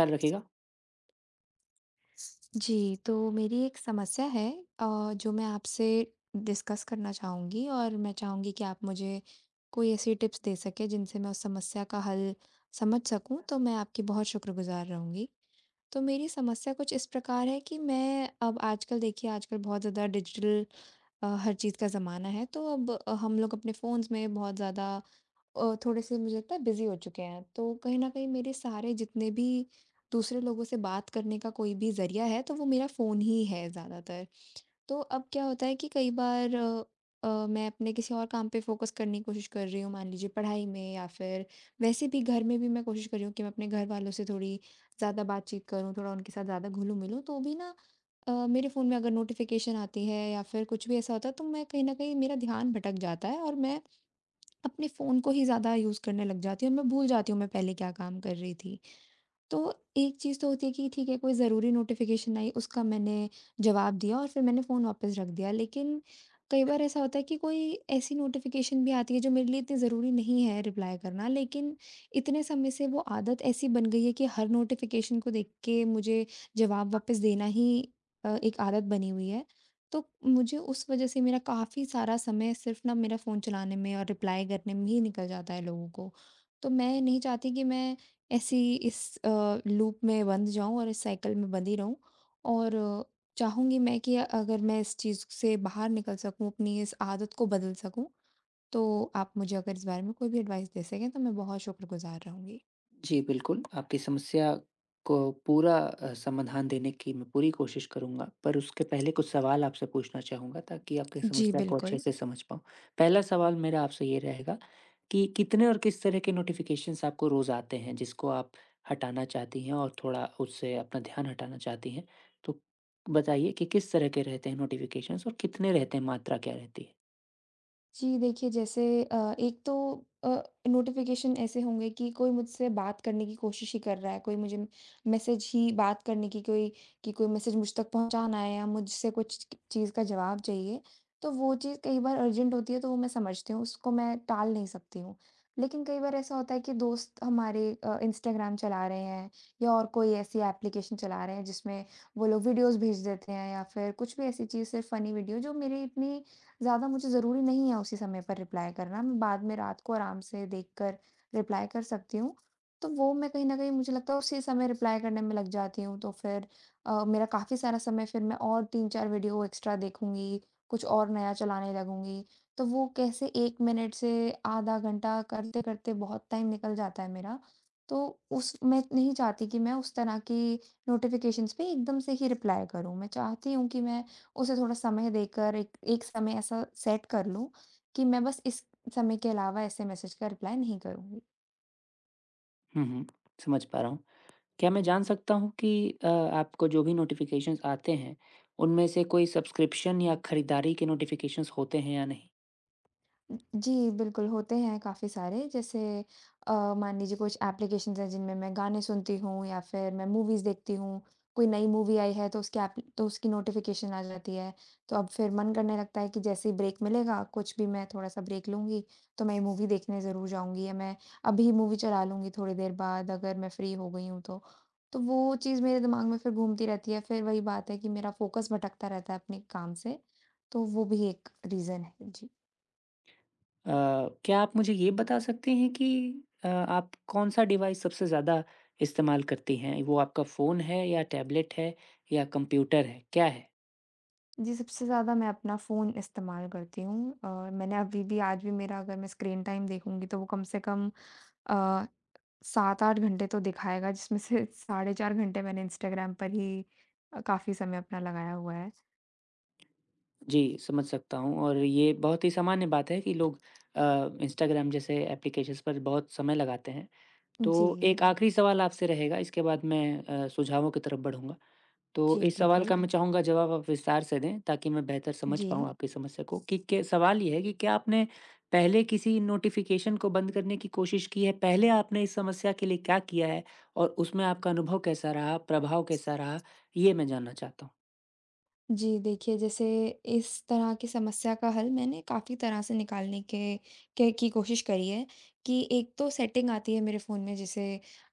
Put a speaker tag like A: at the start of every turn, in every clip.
A: ख्याल रखिएगा।
B: जी, तो मेरी एक समस्या है जो मैं आपसे डिस्कस करना चाहूँगी और मैं चाहूँगी कि आप मुझे कोई ऐसी टिप्स दे सकें जिनसे मैं उस समस्या का हल समझ सकूँ, तो मैं आपकी बहुत शुक्रगुज़ार रहूँगी। तो मेरी समस्या कुछ इस प्रकार है कि मैं अब आजकल, देखिए, आजकल बहुत ज़्यादा डिजिटल, हर चीज़ का ज़माना है, तो अब हम लोग अपने फ़ोन्स में बहुत ज़्यादा, थोड़े से मुझे लगता है, बिज़ी हो चुके हैं। तो कहीं न कहीं मेरे सारे जितने भी दूसरे लोगों से बात करने का कोई भी ज़रिया है, तो वो मेरा फ़ोन ही है ज़्यादातर। तो अब क्या होता है कि कई बार, मैं अपने किसी और काम पे फ़ोकस करने की कोशिश कर रही हूँ, मान लीजिए पढ़ाई में, या फिर वैसे भी घर में भी मैं कोशिश कर रही हूँ कि मैं अपने घर वालों से थोड़ी ज़्यादा बातचीत करूँ, थोड़ा उनके साथ ज़्यादा घुलूँ-मिलूँ। तो भी ना, मेरे फ़ोन में अगर नोटिफ़िकेशन आती है या फिर कुछ भी ऐसा होता है, तो मैं, कहीं न कहीं मेरा ध्यान भटक जाता है, और मैं अपने फ़ोन को ही ज़्यादा यूज़ करने लग जाती हूँ और मैं भूल जाती हूँ मैं पहले क्या काम कर रही थी। तो एक चीज़ तो होती है कि ठीक है, कोई ज़रूरी नोटिफ़िकेशन आई, उसका मैंने जवाब दिया और फिर मैंने फ़ोन वापस रख दिया। लेकिन कई बार ऐसा होता है कि कोई ऐसी नोटिफ़िकेशन भी आती है जो मेरे लिए इतनी ज़रूरी नहीं है रिप्लाई करना, लेकिन इतने समय से वो आदत ऐसी बन गई है कि हर नोटिफ़िकेशन को देख के मुझे जवाब वापस देना ही, एक आदत बनी हुई है। तो मुझे उस वज़ह से मेरा काफ़ी सारा समय सिर्फ़ ना मेरा फ़ोन चलाने में और रिप्लाई करने में ही निकल जाता है लोगों को। तो मैं नहीं चाहती कि मैं ऐसी, इस लूप में बंध जाऊँ और इस साइकिल में बंधी रहूँ, और, चाहूँगी मैं कि अगर मैं इस चीज़ से बाहर निकल सकूँ, अपनी इस आदत को बदल सकूँ, तो आप मुझे अगर इस बारे में कोई भी एडवाइस दे सकें तो मैं बहुत शुक्रगुज़ार रहूँगी।
A: जी, बिल्कुल, आपकी समस्या को पूरा समाधान देने की मैं पूरी कोशिश करूँगा, पर उसके पहले कुछ सवाल आपसे पूछना चाहूँगा ताकि आपकी
B: जी,
A: समस्या को अच्छे
B: बिल्कुल।
A: से समझ पाऊँ। पहला सवाल मेरा आपसे ये रहेगा कि कितने और किस तरह के नोटिफ़िकेशंस आपको रोज़ आते हैं, जिसको आप हटाना चाहती हैं और थोड़ा उससे अपना ध्यान हटाना चाहती हैं? तो बताइए कि किस तरह के रहते हैं नोटिफ़िकेशंस और कितने रहते हैं, मात्रा क्या रहती है?
B: जी, देखिए, जैसे एक तो, अ, नोटिफ़िकेशन ऐसे होंगे कि कोई मुझसे बात करने की कोशिश ही कर रहा है, कोई मुझे मैसेज ही, बात करने की कोई, कि कोई मैसेज मुझ तक पहुँचाना है या मुझसे कुछ चीज़ का जवाब चाहिए, तो वो चीज़ कई बार अर्जेंट होती है, तो वो मैं समझती हूँ, उसको मैं टाल नहीं सकती हूँ। लेकिन कई बार ऐसा होता है कि दोस्त हमारे इंस्टाग्राम चला रहे हैं या और कोई ऐसी एप्लीकेशन चला रहे हैं जिसमें वो लोग वीडियोज़ भेज देते हैं या फिर कुछ भी ऐसी चीज़, सिर्फ़ फ़नी वीडियो, जो मेरी इतनी ज़्यादा, मुझे ज़रूरी नहीं है उसी समय पर रिप्लाई करना, मैं बाद में रात को आराम से देखकर रिप्लाई कर सकती हूँ। तो वो मैं, कहीं न कहीं मुझे लगता है, उसी समय रिप्लाई करने में लग जाती हूँ, तो फिर मेरा काफ़ी सारा समय, फिर मैं और 3-4 वीडियो एक्स्ट्रा देखूँगी, कुछ और नया चलाने लगूँगी। तो वो कैसे 1 मिनट से आधा घंटा करते-करते बहुत टाइम निकल जाता है मेरा। तो उस मैं नहीं चाहती कि मैं उस तरह की नोटिफ़िकेशंस पे एकदम से ही रिप्लाई करूँ। मैं चाहती हूँ कि मैं उसे थोड़ा समय देकर एक एक समय ऐसा सेट कर लूँ कि मैं बस इस समय के अलावा ऐसे मैसेज का रिप्लाई नहीं करूँगी।
A: हुँ, हुँ, समझ पा रहा हूँ। क्या मैं जान सकता हूँ कि आपको जो भी नोटिफ़िकेशंस आते हैं, उनमें से कोई सब्सक्रिप्शन या खरीदारी के नोटिफ़िकेशंस होते हैं या नहीं?
B: जी, बिल्कुल, होते हैं काफ़ी सारे। जैसे, अ, मान लीजिए, कुछ एप्लीकेशंस हैं जिनमें मैं गाने सुनती हूँ या फिर मैं मूवीज़ देखती हूँ। कोई नई मूवी आई है तो उसकी एप, तो उसकी नोटिफ़िकेशन आ जाती है। तो अब फिर मन करने लगता है कि जैसे ही ब्रेक मिलेगा, कुछ भी, मैं थोड़ा-सा ब्रेक लूँगी तो मैं ये मूवी देखने ज़रूर जाऊँगी, या मैं अभी मूवी चला लूँगी थोड़ी देर बाद अगर मैं फ्री हो गई हूँ तो। तो वो चीज़ मेरे दिमाग में फिर घूमती रहती है, फिर वही बात है कि मेरा फ़ोकस भटकता रहता है अपने काम से। तो वो भी एक रीज़न है। जी।
A: अ, क्या आप मुझे ये बता सकते हैं कि आप कौन-सा डिवाइस सबसे ज़्यादा इस्तेमाल करती हैं? वो आपका फ़ोन है या टैबलेट है या कंप्यूटर है, क्या है?
B: जी, सबसे ज़्यादा मैं अपना फ़ोन इस्तेमाल करती हूँ, और मैंने अभी भी, आज भी मेरा, अगर मैं स्क्रीन टाइम देखूँगी तो वो कम से कम अ, 7-8 घंटे तो दिखाएगा, जिसमें से साढ़े 4 घंटे मैंने इंस्टाग्राम पर ही, काफ़ी समय अपना लगाया हुआ है।
A: जी, समझ सकता हूँ और ये बहुत ही सामान्य बात है कि लोग अ, इंस्टाग्राम जैसे एप्लीकेशंस पर बहुत समय लगाते हैं। तो
B: जी।
A: एक आखिरी सवाल आपसे रहेगा, इसके बाद मैं सुझावों की तरफ बढ़ूँगा। तो
B: जी,
A: इस सवाल
B: बिल्कुल।
A: का मैं चाहूँगा जवाब आप विस्तार से दें, ताकि मैं बेहतर समझ
B: जी।
A: पाऊँ आपकी समस्या को कि के सवाल ये है कि क्या आपने पहले किसी नोटिफ़िकेशन को बंद करने की कोशिश की है? पहले आपने इस समस्या के लिए क्या किया है? और उसमें आपका अनुभव कैसा रहा, प्रभाव कैसा रहा? ये मैं जानना चाहता हूँ।
B: जी, देखिए, जैसे इस तरह की समस्या का हल मैंने काफ़ी तरह से निकालने के की कोशिश करी है कि एक तो सेटिंग आती है मेरे फ़ोन में जिसे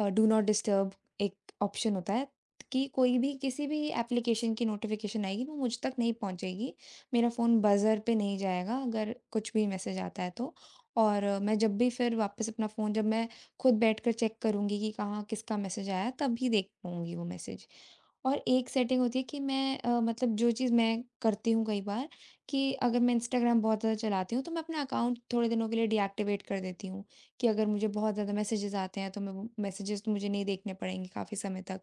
B: डू नॉट डिस्टर्ब एक ऑप्शन होता है, कि कोई भी किसी भी एप्लीकेशन की नोटिफ़िकेशन आएगी वो मुझ तक नहीं पहुंचेगी। मेरा फ़ोन बज़र पे नहीं जाएगा अगर कुछ भी मैसेज आता है तो। और मैं जब भी फिर वापस अपना फ़ोन, जब मैं खुद बैठकर चेक करूँगी कि कहाँ किसका मैसेज आया है, तभी देख पाऊँगी वो मैसेज। और एक सेटिंग होती है कि मैं, मतलब, जो चीज़ मैं करती हूँ कई बार, कि अगर मैं इंस्टाग्राम बहुत ज़्यादा चलाती हूँ तो मैं अपना अकाउंट थोड़े दिनों के लिए डीएक्टिवेट कर देती हूँ, कि अगर मुझे बहुत ज़्यादा मैसेजेस आते हैं तो मैं वो मैसेजेस, तो मुझे नहीं देखने पड़ेंगे काफ़ी समय तक।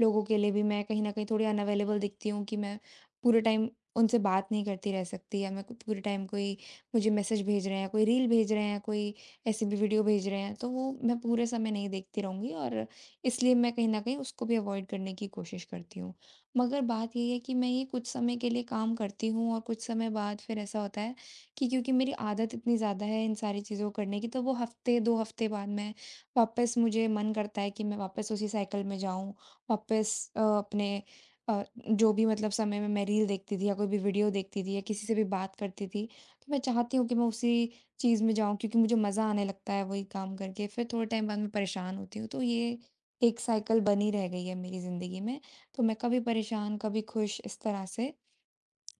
B: लोगों के लिए भी मैं कहीं ना कहीं थोड़ी अनअवेलेबल दिखती हूँ, कि मैं पूरे टाइम उनसे बात नहीं करती रह सकती, या मैं कु- पूरे टाइम, कोई मुझे मैसेज भेज रहे हैं, कोई रील भेज रहे हैं, कोई ऐसी भी वीडियो भेज रहे हैं, तो वो मैं पूरे समय नहीं देखती रहूँगी, और इसलिए मैं कहीं न कहीं उसको भी अवॉइड करने की कोशिश करती हूँ। मगर बात ये है कि मैं ये कुछ समय के लिए काम करती हूँ और कुछ समय बाद फिर ऐसा होता है कि, क्योंकि मेरी आदत इतनी ज़्यादा है इन सारी चीज़ों को करने की, तो वो हफ़्ते 2 हफ़्ते बाद मैं वापस, मुझे मन करता है कि मैं वापस उसी साइकिल में जाऊँ, वापस अपने, अ, जो भी, मतलब, समय में मैं रील देखती थी या कोई भी वीडियो देखती थी या किसी से भी बात करती थी, तो मैं चाहती हूँ कि मैं उसी चीज़ में जाऊँ, क्योंकि मुझे मज़ा आने लगता है वही काम करके, फिर थोड़े टाइम बाद मैं परेशान होती हूँ। तो ये एक साइकिल बनी रह गई है मेरी ज़िंदगी में, तो मैं कभी परेशान, कभी खुश, इस तरह से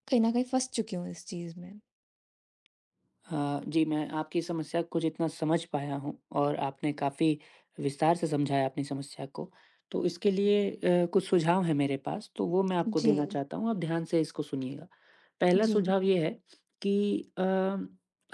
B: कहीं न कहीं फँस चुकी हूँ इस चीज़ में।
A: जी, मैं आपकी समस्या को जितना समझ पाया हूँ और आपने काफ़ी विस्तार से समझाया अपनी समस्या को, तो इसके लिए कुछ सुझाव हैं मेरे पास, तो वो मैं आपको
B: जी,
A: देना जी। चाहता हूँ, आप ध्यान से इसको सुनिएगा। पहला
B: जी,
A: सुझाव ये है कि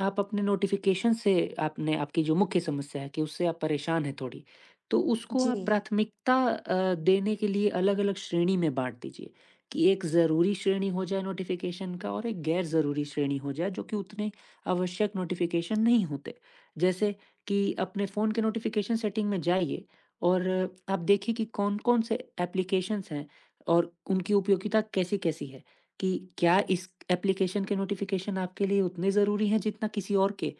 A: आप अपने नोटिफ़िकेशन से आपने आपकी जो मुख्य समस्या है कि उससे आप परेशान हैं थोड़ी, तो उसको आप
B: जी,
A: प्राथमिकता देने के लिए अलग-अलग श्रेणी में बाँट दीजिए कि एक ज़रूरी श्रेणी हो जाए नोटिफ़िकेशन का और एक गैर ज़रूरी श्रेणी हो जाए, जो कि उतने आवश्यक नोटिफ़िकेशन नहीं होते। जैसे कि अपने फ़ोन के नोटिफ़िकेशन सेटिंग में जाइए और आप देखिए कि कौन-कौन से एप्लीकेशंस हैं और उनकी उपयोगिता कैसी-कैसी है, कि क्या इस एप्लीकेशन के नोटिफ़िकेशन आपके लिए उतने ज़रूरी हैं जितना किसी और के?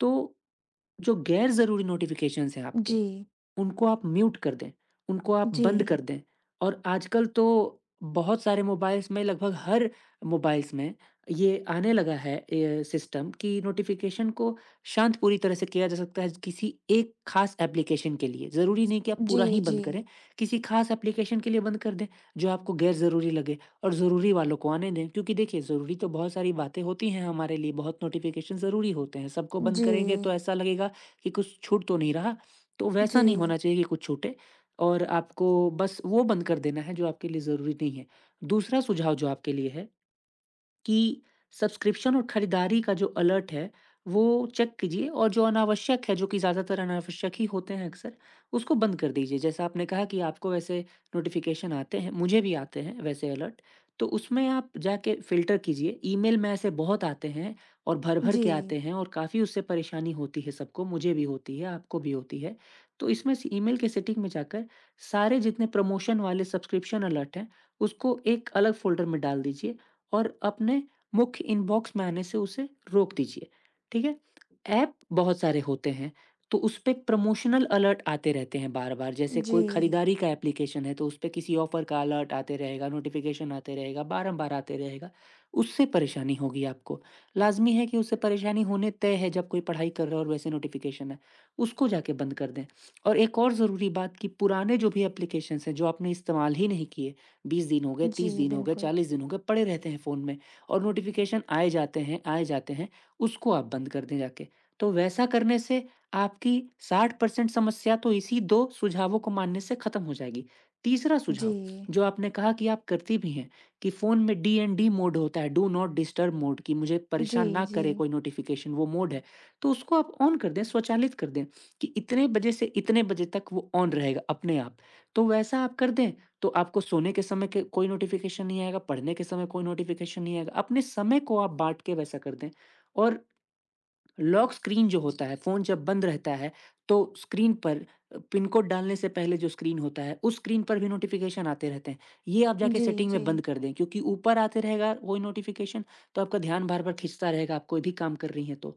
A: तो जो गैर ज़रूरी नोटिफ़िकेशंस हैं आपके
B: जी,
A: उनको आप म्यूट कर दें, उनको आप
B: जी,
A: बंद कर दें और आजकल तो बहुत सारे मोबाइल्स में लगभग हर मोबाइल्स में ये आने लगा है ये सिस्टम कि नोटिफ़िकेशन को शांत पूरी तरह से किया जा सकता है किसी एक ख़ास एप्लीकेशन के लिए। ज़रूरी नहीं कि आप पूरा
B: जी,
A: ही बंद
B: जी,
A: करें, किसी ख़ास एप्लीकेशन के लिए बंद कर दें जो आपको गैर ज़रूरी लगे और ज़रूरी वालों को आने दें। क्योंकि देखिए ज़रूरी तो बहुत सारी बातें होती हैं हमारे लिए, बहुत नोटिफ़िकेशन ज़रूरी होते हैं। सबको बंद
B: जी,
A: करेंगे तो ऐसा लगेगा कि कुछ छूट तो नहीं रहा तो वैसा नहीं
B: जी,
A: होना चाहिए कि कुछ छूटे और आपको बस वो बंद कर देना है जो आपके लिए ज़रूरी नहीं है। दूसरा सुझाव जो आपके लिए है कि सब्सक्रिप्शन और खरीदारी का जो अलर्ट है, वो चेक कीजिए और जो अनावश्यक है, जो कि ज़्यादातर अनावश्यक ही होते हैं अक्सर, उसको बंद कर दीजिए। जैसा आपने कहा कि आपको वैसे नोटिफ़िकेशन आते हैं, मुझे भी आते हैं वैसे अलर्ट, तो उसमें आप जाके फ़िल्टर कीजिए। ईमेल में ऐसे बहुत आते हैं और भर-भर
B: जी,
A: के आते हैं और काफ़ी उससे परेशानी होती है सबको, मुझे भी होती है, आपको भी होती है। तो इसमें से ईमेल के सेटिंग में जाकर सारे जितने प्रमोशन वाले सब्सक्रिप्शन अलर्ट हैं, उसको एक अलग फ़ोल्डर में डाल दीजिए और अपने मुख्य इनबॉक्स में आने से उसे रोक दीजिए, ठीक है? ऐप बहुत सारे होते हैं, तो उसपे प्रमोशनल अलर्ट आते रहते हैं बार-बार, जैसे कोई
B: जी,
A: खरीदारी का एप्लीकेशन है, तो उसपे किसी ऑफ़र का अलर्ट आते रहेगा, नोटिफ़िकेशन आते रहेगा, बारंबार आते रहेगा, उससे परेशानी होगी आपको। लाज़मी है कि उससे परेशानी होने तय है जब कोई पढ़ाई कर रहा है और वैसे नोटिफ़िकेशन है, उसको जाके बंद कर दें। और एक और ज़रूरी बात कि पुराने जो भी एप्लीकेशंस हैं, जो आपने इस्तेमाल ही नहीं किए, 20 दिन हो गए, 30
B: जी,
A: दिन हो गए,
B: बिल्कुल।
A: 40 दिन हो गए, पड़े रहते हैं फ़ोन में और नोटिफ़िकेशन आए जाते हैं, उसको आप बंद कर दें जाके। तो वैसा करने से आपकी 60% समस्या तो इसी 2 सुझावों को मानने से खत्म हो जाएगी। तीसरा सुझाव,
B: जी,
A: जो आपने कहा कि आप करती भी हैं, कि फ़ोन में डीएनडी मोड होता है, डू नॉट डिस्टर्ब मोड कि मुझे
B: जी,
A: परेशान ना
B: जी,
A: करे कोई नोटिफ़िकेशन वो मोड है, तो उसको आप ऑन कर दें, स्वचालित कर दें, कि इतने बजे से इतने बजे तक वो ऑन रहेगा अपने आप। तो वैसा आप कर दें तो आपको सोने के समय के कोई नोटिफ़िकेशन नहीं आएगा, पढ़ने के समय कोई नोटिफ़िकेशन नहीं आएगा। अपने समय को आप बाँट के वैसा कर दें और लॉक स्क्रीन जो होता है, फ़ोन जब बंद रहता है, तो स्क्रीन पर पिन कोड डालने से पहले जो स्क्रीन होता है, उस स्क्रीन पर भी नोटिफ़िकेशन आते रहते हैं। ये आप जाके
B: जी,
A: सेटिंग में
B: जी,
A: बंद कर दें, क्योंकि ऊपर आते रहेगा वही नोटिफ़िकेशन, तो आपका ध्यान बार-बार खींचता रहेगा, आप कोई भी काम कर रही हैं तो।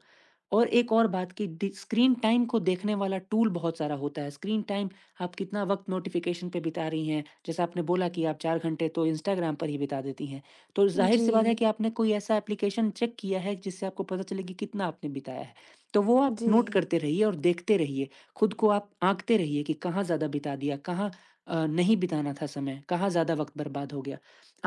A: और एक और बात कि डि स्क्रीन टाइम को देखने वाला टूल बहुत सारा होता है। स्क्रीन टाइम आप कितना वक़्त नोटिफ़िकेशन पे बिता रही हैं, जैसे आपने बोला कि आप 4 घंटे तो इंस्टाग्राम पर ही बिता देती हैं। तो ज़ाहिर-सी बात है
B: जी,
A: कि आपने कोई ऐसा एप्लीकेशन चेक किया है जिससे आपको पता चले कि कितना आपने बिताया है। तो वो आप नोट
B: जी,
A: करते रहिए और देखते रहिए, खुद को आप आँकते रहिए कि कहाँ ज़्यादा बिता दिया, कहाँ नहीं बिताना था समय, कहाँ ज़्यादा वक़्त बर्बाद हो गया।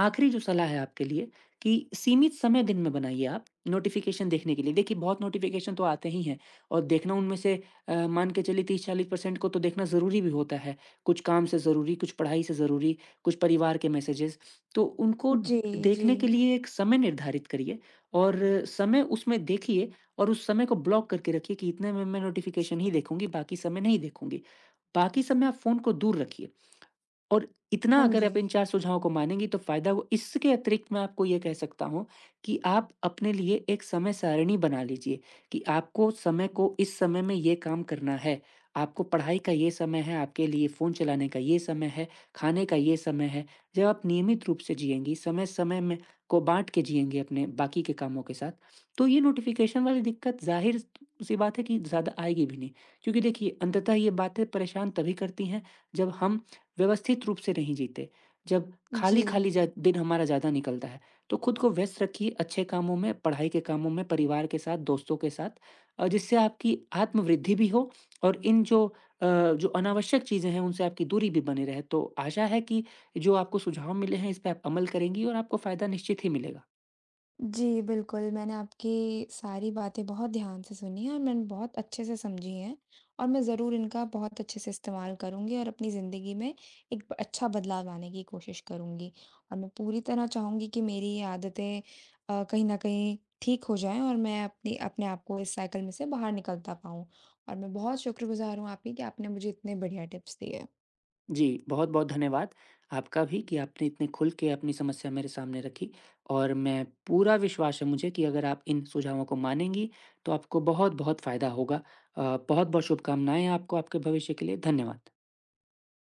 A: आखिरी जो सलाह है आपके लिए कि सीमित समय दिन में बनाइए आप नोटिफ़िकेशन देखने के लिए। देखिए बहुत नोटिफ़िकेशन तो आते ही हैं और देखना उनमें से मान के चलिए 30-40% को तो देखना ज़रूरी भी होता है। कुछ काम से ज़रूरी, कुछ पढ़ाई से ज़रूरी, कुछ परिवार के मैसेजेस। तो उनको
B: जी, जी,
A: देखने के लिए एक समय निर्धारित करिए और समय उसमें देखिए और उस समय को ब्लॉक करके रखिए कि इतने में मैं नोटिफिकेशन ही देखूंगी बाकी समय नहीं देखूंगी बाकी समय आप फोन को दूर रखिए और इतना
B: हाँ
A: अगर
B: जी,
A: आप इन 4 सुझावों को मानेंगी तो फ़ायदा हो इसके अतिरिक्त मैं आपको ये कह सकता हूँ कि आप अपने लिए एक समय सारिणी बना लीजिए कि आपको समय को इस समय में ये काम करना है। आपको पढ़ाई का ये समय है, आपके लिए फ़ोन चलाने का ये समय है, खाने का ये समय है। जब आप नियमित रूप से जिएँगी, समय-समय में को बाँट के जिएँगी अपने बाकी के कामों के साथ, तो ये नोटिफ़िकेशन वाली दिक्कत ज़ाहिर-सी बात है कि ज़्यादा आएगी भी नहीं। क्योंकि देखिए अंततः ये बातें परेशान तभी करती हैं जब हम व्यवस्थित रूप से नहीं जीते। जब
B: जी।
A: खाली-खाली जा दिन हमारा ज़्यादा निकलता है, तो खुद को व्यस्त रखिए अच्छे कामों में, पढ़ाई के कामों में, परिवार के साथ, दोस्तों के साथ जिससे आपकी आत्मवृद्धि भी हो और इन जो जो अनावश्यक चीज़ें हैं, उनसे आपकी दूरी भी बनी रहे। तो आशा है कि जो आपको सुझाव मिले हैं, इस पे आप अमल करेंगी और आपको फ़ायदा निश्चित ही मिलेगा।
B: जी, बिल्कुल, मैंने आपकी सारी बातें बहुत ध्यान से सुनी हैं, और मैंने बहुत अच्छे से समझी हैं, और मैं ज़रूर इनका बहुत अच्छे से इस्तेमाल करूँगी और अपनी ज़िंदगी में एक ब अच्छा बदलाव लाने की कोशिश करूँगी। और मैं पूरी तरह चाहूँगी कि मेरी ये आदतें, कहीं न कहीं ठीक हो जाएँ, और मैं अपनी अपने आप को इस साइकिल में से बाहर निकलता पाऊँ। और मैं बहुत शुक्रगुज़ार हूँ आपकी कि आपने मुझे इतने बढ़िया टिप्स दिए।
A: जी, बहुत-बहुत धन्यवाद आपका भी कि आपने इतने खुल के अपनी समस्या मेरे सामने रखी और मैं पूरा विश्वास है मुझे कि अगर आप इन सुझावों को मानेंगी, तो आपको बहुत-बहुत फ़ायदा होगा। बहुत-बहुत शुभकामनाएँ आपको आपके भविष्य के लिए। धन्यवाद।